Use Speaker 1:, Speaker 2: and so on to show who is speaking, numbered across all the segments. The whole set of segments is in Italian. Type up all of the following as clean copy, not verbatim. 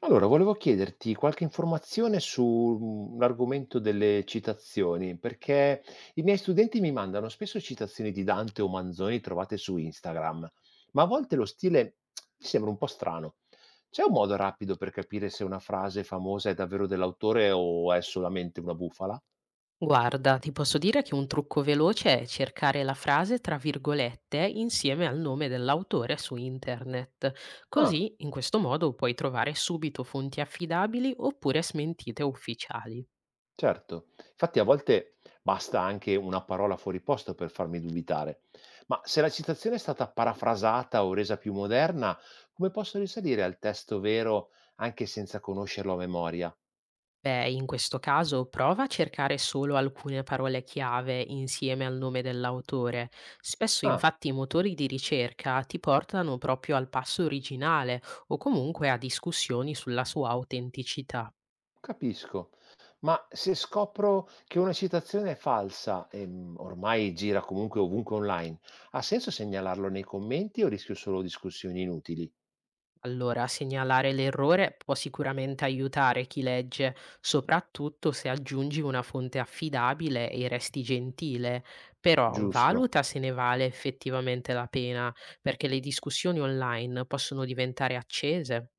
Speaker 1: Allora, volevo chiederti qualche informazione su un argomento delle citazioni, perché i miei studenti mi mandano spesso citazioni di Dante o Manzoni trovate su Instagram, ma a volte lo stile mi sembra un po' strano. C'è un modo rapido per capire se una frase famosa è davvero dell'autore o è solamente una bufala?
Speaker 2: Guarda, ti posso dire che un trucco veloce è cercare la frase tra virgolette insieme al nome dell'autore su internet.
Speaker 1: Ah.
Speaker 2: Così, in questo modo, puoi trovare subito fonti affidabili oppure smentite ufficiali.
Speaker 1: Certo, infatti a volte basta anche una parola fuori posto per farmi dubitare. Ma se la citazione è stata parafrasata o resa più moderna, come posso risalire al testo vero anche senza conoscerlo a memoria?
Speaker 2: Beh, in questo caso prova a cercare solo alcune parole chiave insieme al nome dell'autore. Spesso
Speaker 1: Ah,
Speaker 2: infatti i motori di ricerca ti portano proprio al passo originale o comunque a discussioni sulla sua autenticità.
Speaker 1: capisco. Ma se scopro che una citazione è falsa e ormai gira comunque ovunque online, ha senso segnalarlo nei commenti o rischio solo discussioni inutili?
Speaker 2: Allora, segnalare l'errore può sicuramente aiutare chi legge, soprattutto se aggiungi una fonte affidabile e resti gentile, però
Speaker 1: Giusto.
Speaker 2: valuta se ne vale effettivamente la pena, perché le discussioni online possono diventare accese.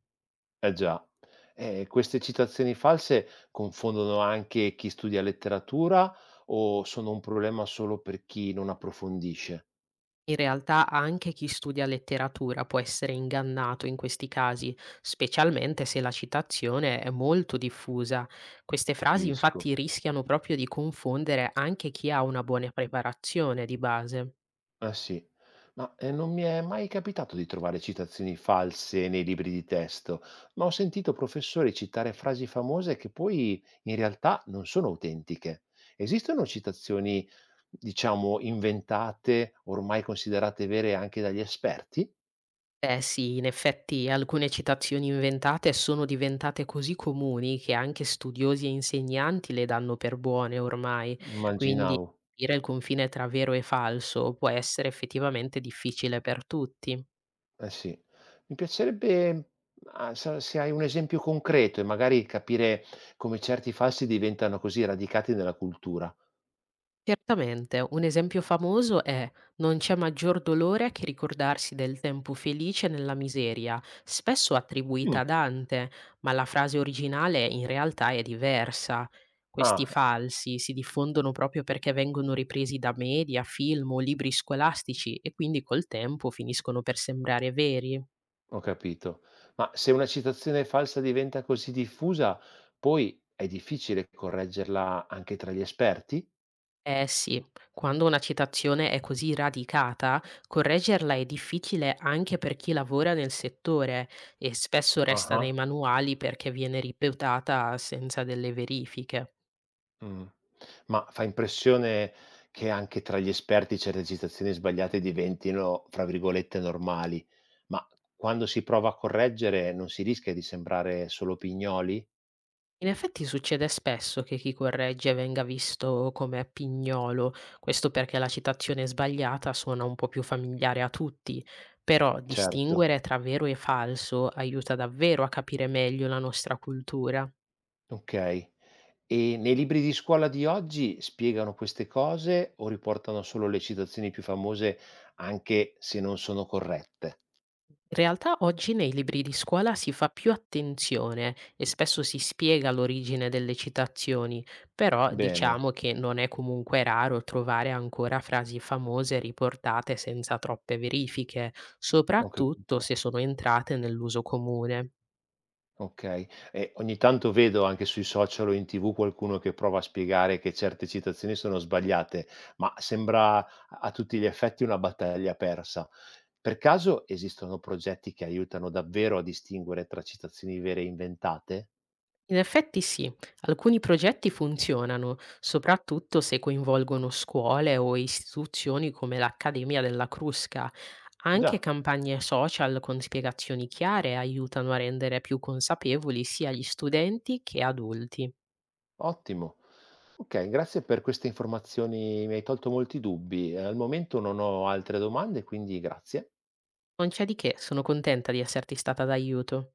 Speaker 1: Eh già. Queste citazioni false confondono anche chi studia letteratura o sono un problema solo per chi non approfondisce?
Speaker 2: In realtà anche chi studia letteratura può essere ingannato in questi casi, specialmente se la citazione è molto diffusa. Queste frasi
Speaker 1: Capisco.
Speaker 2: infatti rischiano proprio di confondere anche chi ha una buona preparazione di base.
Speaker 1: Eh sì. Ma non mi è mai capitato di trovare citazioni false nei libri di testo, ma ho sentito professori citare frasi famose che poi in realtà non sono autentiche. Esistono citazioni, diciamo, inventate, ormai considerate vere anche dagli esperti?
Speaker 2: Eh sì, in effetti alcune citazioni inventate sono diventate così comuni che anche studiosi e insegnanti le danno per buone ormai, quindi
Speaker 1: Immaginavo.
Speaker 2: capire il confine tra vero e falso può essere effettivamente difficile per tutti.
Speaker 1: Eh sì. Mi piacerebbe, ma se hai un esempio concreto e magari capire come certi falsi diventano così radicati nella cultura.
Speaker 2: Certamente, un esempio famoso è "Non c'è maggior dolore che ricordarsi del tempo felice nella miseria", spesso attribuita
Speaker 1: Mh.
Speaker 2: a Dante, ma la frase originale in realtà è diversa. Questi
Speaker 1: Ah,
Speaker 2: falsi si diffondono proprio perché vengono ripresi da media, film o libri scolastici e quindi col tempo finiscono per sembrare veri.
Speaker 1: ho capito. Ma se una citazione falsa diventa così diffusa, poi è difficile correggerla anche tra gli esperti?
Speaker 2: Eh sì, quando una citazione è così radicata, correggerla è difficile anche per chi lavora nel settore e spesso resta nei
Speaker 1: Ah-ah.
Speaker 2: manuali perché viene ripetuta senza delle verifiche.
Speaker 1: Mh. Ma fa impressione che anche tra gli esperti certe citazioni sbagliate diventino, fra virgolette, "normali", ma quando si prova a correggere non si rischia di sembrare solo pignoli?
Speaker 2: In effetti succede spesso che chi corregge venga visto come pignolo, questo perché la citazione sbagliata suona un po' più familiare a tutti, però
Speaker 1: Certo,
Speaker 2: distinguere tra vero e falso aiuta davvero a capire meglio la nostra cultura.
Speaker 1: okay. E nei libri di scuola di oggi spiegano queste cose o riportano solo le citazioni più famose anche se non sono corrette?
Speaker 2: In realtà oggi nei libri di scuola si fa più attenzione e spesso si spiega l'origine delle citazioni, però
Speaker 1: Bene,
Speaker 2: diciamo che non è comunque raro trovare ancora frasi famose riportate senza troppe verifiche,
Speaker 1: ho
Speaker 2: soprattutto
Speaker 1: capito.
Speaker 2: se sono entrate nell'uso comune.
Speaker 1: Okay. E ogni tanto vedo anche sui social o in TV qualcuno che prova a spiegare che certe citazioni sono sbagliate, ma sembra a tutti gli effetti una battaglia persa. Per caso esistono progetti che aiutano davvero a distinguere tra citazioni vere e inventate?
Speaker 2: In effetti sì, alcuni progetti funzionano, soprattutto se coinvolgono scuole o istituzioni come l'Accademia della Crusca. Anche
Speaker 1: Già,
Speaker 2: campagne social con spiegazioni chiare aiutano a rendere più consapevoli sia gli studenti che adulti.
Speaker 1: ottimo. Okay, grazie per queste informazioni, mi hai tolto molti dubbi. Al momento non ho altre domande, quindi grazie.
Speaker 2: Non c'è di che, sono contenta di esserti stata d'aiuto.